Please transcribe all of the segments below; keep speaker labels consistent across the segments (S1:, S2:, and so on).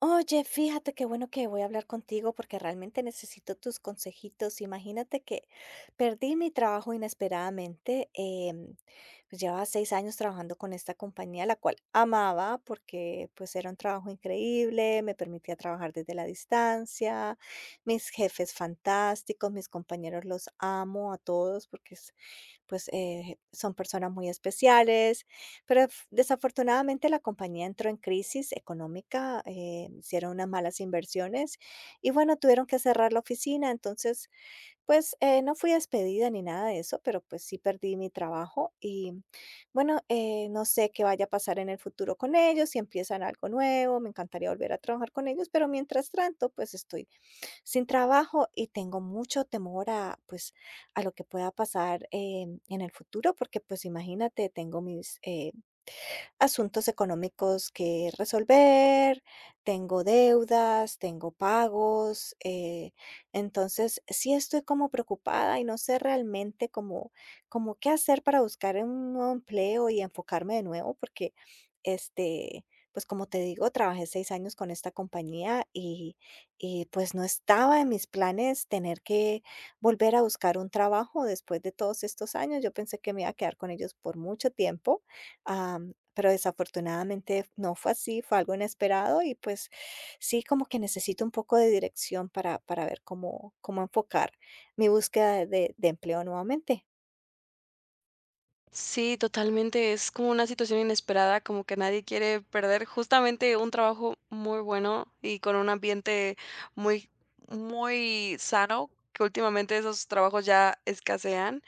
S1: Oye, fíjate qué bueno que voy a hablar contigo porque realmente necesito tus consejitos. Imagínate que perdí mi trabajo inesperadamente. Pues llevaba 6 años trabajando con esta compañía, la cual amaba porque pues era un trabajo increíble, me permitía trabajar desde la distancia, mis jefes fantásticos, mis compañeros los amo a todos porque pues son personas muy especiales. Pero f desafortunadamente la compañía entró en crisis económica. Hicieron unas malas inversiones y bueno, tuvieron que cerrar la oficina. Entonces, pues, no fui despedida ni nada de eso, pero, pues, sí perdí mi trabajo. Y bueno, no sé qué vaya a pasar en el futuro con ellos. Si empiezan algo nuevo, me encantaría volver a trabajar con ellos, pero mientras tanto, pues, estoy sin trabajo y tengo mucho temor a, pues, a lo que pueda pasar, en el futuro, porque, pues, imagínate, tengo mis asuntos económicos que resolver. Tengo deudas, tengo pagos. Entonces sí estoy como preocupada y no sé realmente cómo, qué hacer para buscar un nuevo empleo y enfocarme de nuevo, porque este, pues como te digo, trabajé 6 años con esta compañía, y pues no estaba en mis planes tener que volver a buscar un trabajo después de todos estos años. Yo pensé que me iba a quedar con ellos por mucho tiempo. Pero desafortunadamente no fue así, fue algo inesperado y pues sí, como que necesito un poco de dirección para, ver cómo, enfocar mi búsqueda de empleo nuevamente.
S2: Sí, totalmente. Es como una situación inesperada, como que nadie quiere perder justamente un trabajo muy bueno y con un ambiente muy, muy sano, que últimamente esos trabajos ya escasean,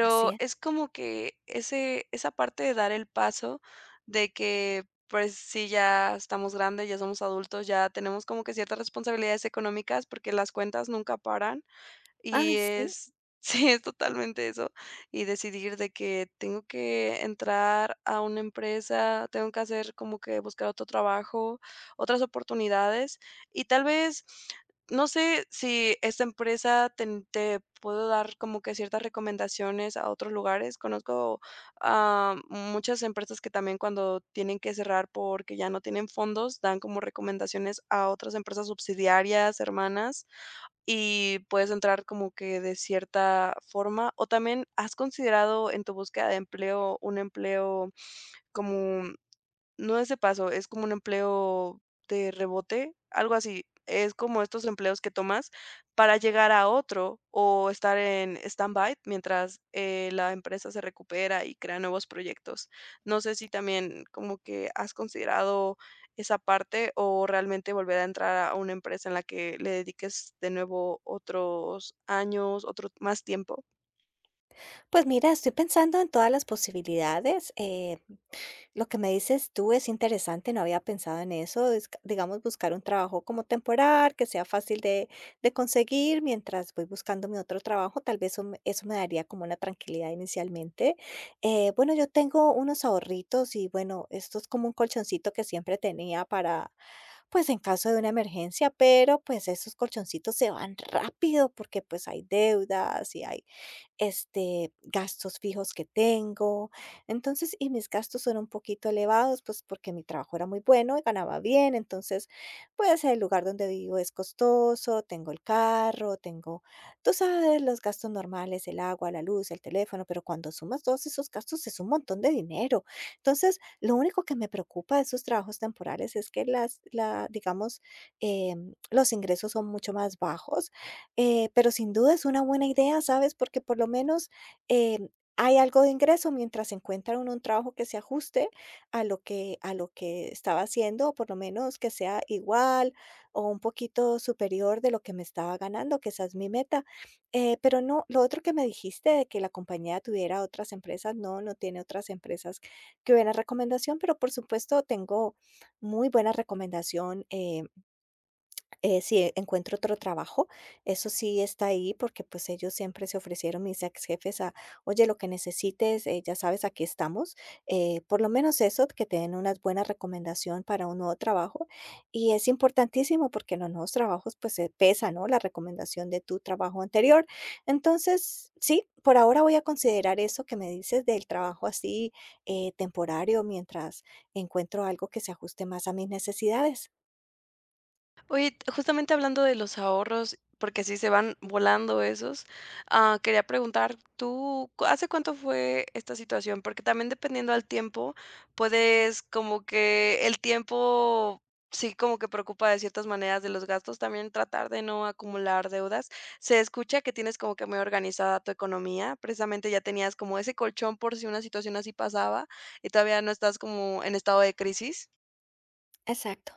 S1: Así es.
S2: es como que esa parte de dar el paso de que pues sí, ya estamos grandes, ya somos adultos, ya tenemos como que ciertas responsabilidades económicas porque las cuentas nunca paran y
S1: Ay, sí.
S2: es sí, es totalmente eso. Y decidir de que tengo que entrar a una empresa, tengo que hacer como que buscar otro trabajo, otras oportunidades, y tal vez, no sé si esta empresa ten te puedo dar como que ciertas recomendaciones a otros lugares. Conozco a muchas empresas que también cuando tienen que cerrar porque ya no tienen fondos, dan como recomendaciones a otras empresas subsidiarias, hermanas, y puedes entrar como que de cierta forma. O también, ¿has considerado en tu búsqueda de empleo un empleo como no es de paso, es como un empleo de rebote, algo así? Es como estos empleos que tomas para llegar a otro o estar en stand-by mientras la empresa se recupera y crea nuevos proyectos. No sé si también como que has considerado esa parte o realmente volver a entrar a una empresa en la que le dediques de nuevo otros años, otro más tiempo.
S1: Pues mira, estoy pensando en todas las posibilidades. Lo que me dices tú es interesante, no había pensado en eso, es, digamos, buscar un trabajo como temporal, que sea fácil de conseguir mientras voy buscando mi otro trabajo. Tal vez eso me daría como una tranquilidad inicialmente. Bueno, yo tengo unos ahorritos y bueno, esto es como un colchoncito que siempre tenía para, pues en caso de una emergencia, pero pues esos colchoncitos se van rápido porque pues hay deudas y hay gastos fijos que tengo. Entonces, y mis gastos son un poquito elevados, pues porque mi trabajo era muy bueno y ganaba bien. Entonces, pues el lugar donde vivo es costoso, tengo el carro, tengo, tú sabes, los gastos normales, el agua, la luz, el teléfono, pero cuando sumas todos esos gastos es un montón de dinero. Entonces, lo único que me preocupa de esos trabajos temporales es que la, digamos, los ingresos son mucho más bajos. Pero sin duda es una buena idea, ¿sabes? Porque por lo menos em, hay algo de ingreso mientras encuentra uno un trabajo que se ajuste a lo que estaba haciendo, o por lo menos que sea igual o un poquito superior de lo que me estaba ganando, que esa es mi meta. Pero no, lo otro que me dijiste de que la compañía tuviera otras empresas, no, no tiene otras empresas que hubieran recomendación, pero por supuesto tengo muy buena recomendación. Si encuentro otro trabajo, eso sí está ahí porque pues ellos siempre se ofrecieron, mis ex jefes, a, oye, lo que necesites, ya sabes, aquí estamos. Por lo menos eso, que te den una buena recomendación para un nuevo trabajo. Y es importantísimo porque en los nuevos trabajos pues se pesa, ¿no? La recomendación de tu trabajo anterior. Entonces, sí, por ahora voy a considerar eso que me dices del trabajo así temporario mientras encuentro algo que se ajuste más a mis necesidades.
S2: Oye, justamente hablando de los ahorros, porque así se van volando esos, ah, quería preguntar, ¿tú hace cuánto fue esta situación? Porque también dependiendo al tiempo, puedes como que el tiempo sí como que preocupa de ciertas maneras de los gastos, también tratar de no acumular deudas. Se escucha que tienes como que muy organizada tu economía, precisamente ya tenías como ese colchón por si una situación así pasaba y todavía no estás como en estado de crisis.
S1: Exacto,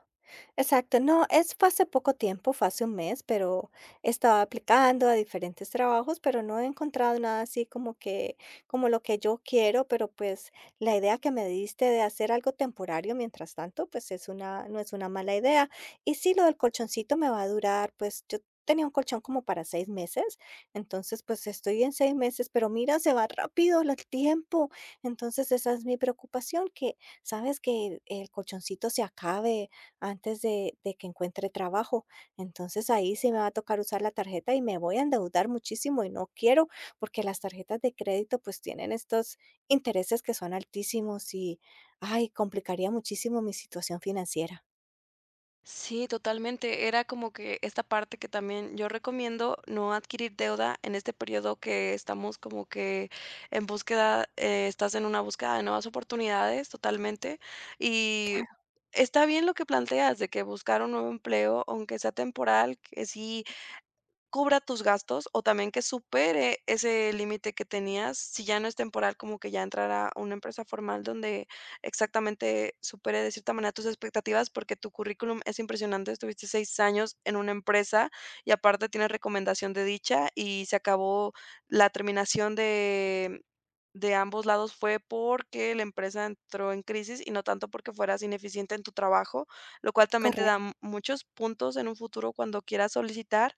S1: exacto. No, es fue hace poco tiempo, fue hace un mes, pero estaba aplicando a diferentes trabajos, pero no he encontrado nada así como lo que yo quiero, pero pues la idea que me diste de hacer algo temporario mientras tanto, pues es una, no es una mala idea. Y sí, lo del colchoncito me va a durar. Pues yo tenía un colchón como para 6 meses, entonces pues estoy en 6 meses, pero mira, se va rápido el tiempo. Entonces esa es mi preocupación. ¿Sabes? Que el colchoncito se acabe antes de que encuentre trabajo. Entonces, ahí sí me va a tocar usar la tarjeta y me voy a endeudar muchísimo y no quiero, porque las tarjetas de crédito, pues, tienen estos intereses que son altísimos y, ay, complicaría muchísimo mi situación financiera.
S2: Sí, totalmente. Era como que esta parte que también yo recomiendo no adquirir deuda en este periodo que estamos como que en búsqueda. Eh, estás en una búsqueda de nuevas oportunidades, totalmente. Y está bien lo que planteas de que buscar un nuevo empleo, aunque sea temporal, que sí cubra tus gastos o también que supere ese límite que tenías, si ya no es temporal, como que ya entrar a una empresa formal donde exactamente supere de cierta manera tus expectativas, porque tu currículum es impresionante, estuviste 6 años en una empresa y aparte tienes recomendación de dicha y se acabó la terminación de ambos lados fue porque la empresa entró en crisis y no tanto porque fueras ineficiente en tu trabajo, lo cual también te da
S1: Correcto.
S2: muchos puntos en un futuro cuando quieras solicitar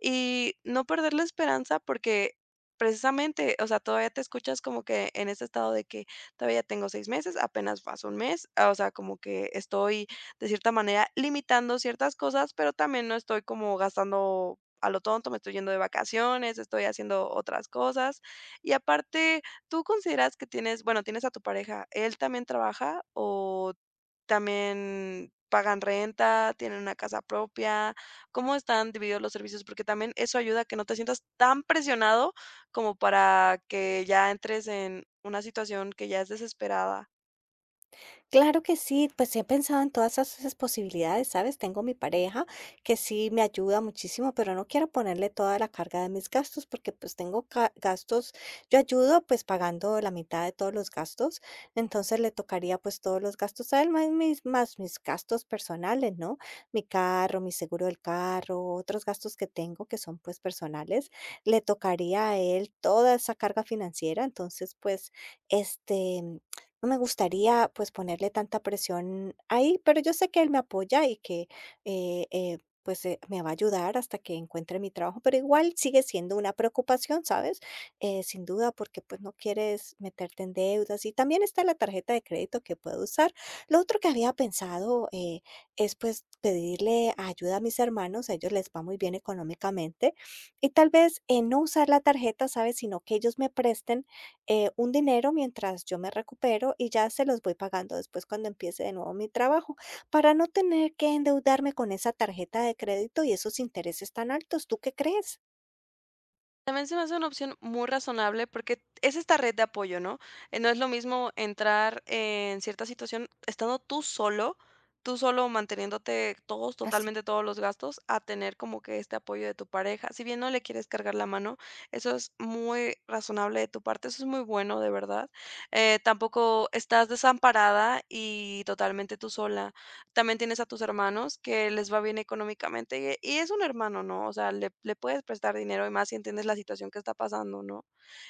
S2: y no perder la esperanza porque precisamente, o sea, todavía te escuchas como que en ese estado de que todavía tengo 6 meses, apenas pasó 1 mes. Ah, o sea, como que estoy de cierta manera limitando ciertas cosas, pero también no estoy como gastando a lo tonto, me estoy yendo de vacaciones, estoy haciendo otras cosas. Y aparte, ¿tú consideras que tienes, bueno, tienes a tu pareja, él también trabaja o también pagan renta, tienen una casa propia? ¿Cómo están divididos los servicios? Porque también eso ayuda a que no te sientas tan presionado como para que ya entres en una situación que ya es desesperada.
S1: Claro que sí, pues he pensado en todas esas posibilidades, ¿sabes? Tengo mi pareja que sí me ayuda muchísimo, pero no quiero ponerle toda la carga de mis gastos porque pues tengo gastos. Yo ayudo pues pagando la mitad de todos los gastos, entonces le tocaría pues todos los gastos a él, más mis gastos personales, ¿no? Mi carro, mi seguro del carro, otros gastos que tengo que son pues personales, le tocaría a él toda esa carga financiera, entonces pues... Este, no me gustaría, pues, ponerle tanta presión ahí, pero yo sé que él me apoya y que, eh eh, pues, me va a ayudar hasta que encuentre mi trabajo, pero igual sigue siendo una preocupación, ¿sabes? Sin duda, porque, pues, no quieres meterte en deudas y también está la tarjeta de crédito que puedo usar. Lo otro que había pensado, es, pues, pedirle ayuda a mis hermanos, a ellos les va muy bien económicamente, y tal vez, no usar la tarjeta, ¿sabes? Sino que ellos me presten un dinero mientras yo me recupero y ya se los voy pagando después cuando empiece de nuevo mi trabajo, para no tener que endeudarme con esa tarjeta de crédito y esos intereses tan altos. ¿Tú qué crees?
S2: También se me hace una opción muy razonable porque es esta red de apoyo, ¿no? No es lo mismo entrar en cierta situación estando tú solo manteniéndote todos,
S1: Así.
S2: totalmente todos los gastos, a tener como que este apoyo de tu pareja. Si bien no le quieres cargar la mano, eso es muy razonable de tu parte, eso es muy bueno, de verdad. Tampoco estás desamparada y totalmente tú sola. También tienes a tus hermanos que les va bien económicamente y es un hermano, ¿no? O sea, le puedes prestar dinero y más si entiendes la situación que está pasando, ¿no?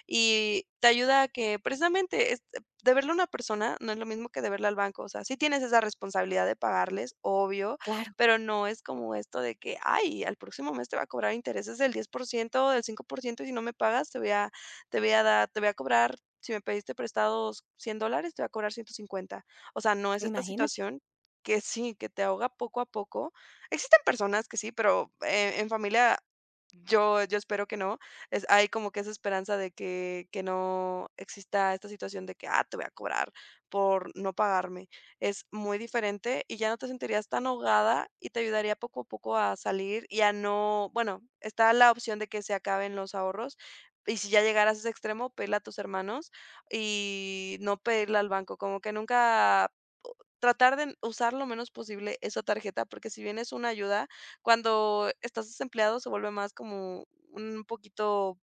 S2: Y te ayuda a que precisamente deberle a una persona no es lo mismo que deberle al banco. O sea, sí tienes esa responsabilidad de pagarles, obvio,
S1: Claro,
S2: pero no es como esto de que, ay, al próximo mes te va a cobrar intereses del 10% o del 5% y si no me pagas te voy a dar, te voy a cobrar. Si me pediste prestados $100, te voy a cobrar 150. O sea, no es esta
S1: imagínate.
S2: situación. Que sí, que te ahoga poco a poco. Existen personas que sí, pero, en familia yo espero que no. Es, hay como que esa esperanza de que no exista esta situación de que: "Ah, te voy a cobrar por no pagarme". Es muy diferente y ya no te sentirías tan ahogada y te ayudaría poco a poco a salir y a no, bueno, está la opción de que se acaben los ahorros, y si ya llegaras a ese extremo, pedirle a tus hermanos y no pedirle al banco, como que nunca. Tratar de usar lo menos posible esa tarjeta, porque si bien es una ayuda, cuando estás desempleado se vuelve más como un poquito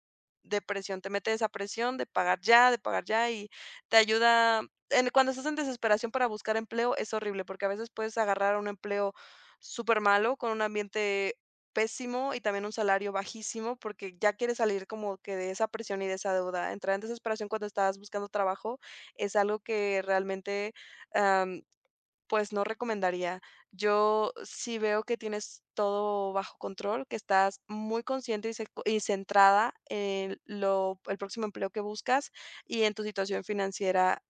S2: de presión, te mete esa presión de pagar ya y te ayuda en, cuando estás en desesperación para buscar empleo es horrible, porque a veces puedes agarrar un empleo súper malo con un ambiente pésimo y también un salario bajísimo, porque ya quieres salir como que de esa presión y de esa deuda. Entrar en desesperación cuando estás buscando trabajo es algo que realmente, pues, no recomendaría. Yo sí veo que tienes todo bajo control, que estás muy consciente y, y centrada en el próximo empleo que buscas y en tu situación financiera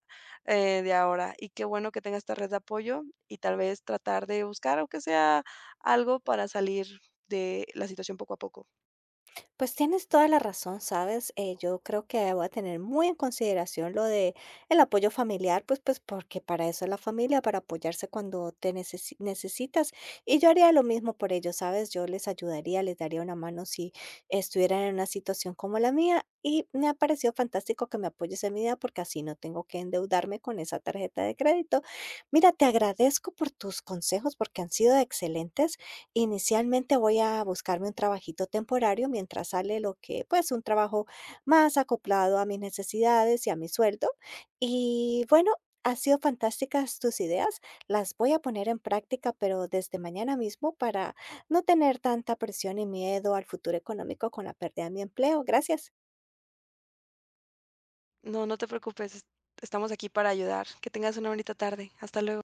S2: de ahora. Y qué bueno que tengas esta red de apoyo y tal vez tratar de buscar, aunque sea algo para salir de la situación poco a poco.
S1: Pues tienes toda la razón, ¿sabes? Yo creo que voy a tener muy en consideración lo de el apoyo familiar, pues, pues, porque para eso es la familia, para apoyarse cuando te necesitas. Y yo haría lo mismo por ellos, ¿sabes? Yo les ayudaría, les daría una mano si estuvieran en una situación como la mía. Y me ha parecido fantástico que me apoyes en mi idea porque así no tengo que endeudarme con esa tarjeta de crédito. Mira, te agradezco por tus consejos porque han sido excelentes. Inicialmente voy a buscarme un trabajito temporario mientras sale pues, un trabajo más acoplado a mis necesidades y a mi sueldo. Y bueno, han sido fantásticas tus ideas. Las voy a poner en práctica, pero desde mañana mismo para no tener tanta presión y miedo al futuro económico con la pérdida de mi empleo. Gracias.
S2: No, no te preocupes, estamos aquí para ayudar. Que tengas una bonita tarde. Hasta luego.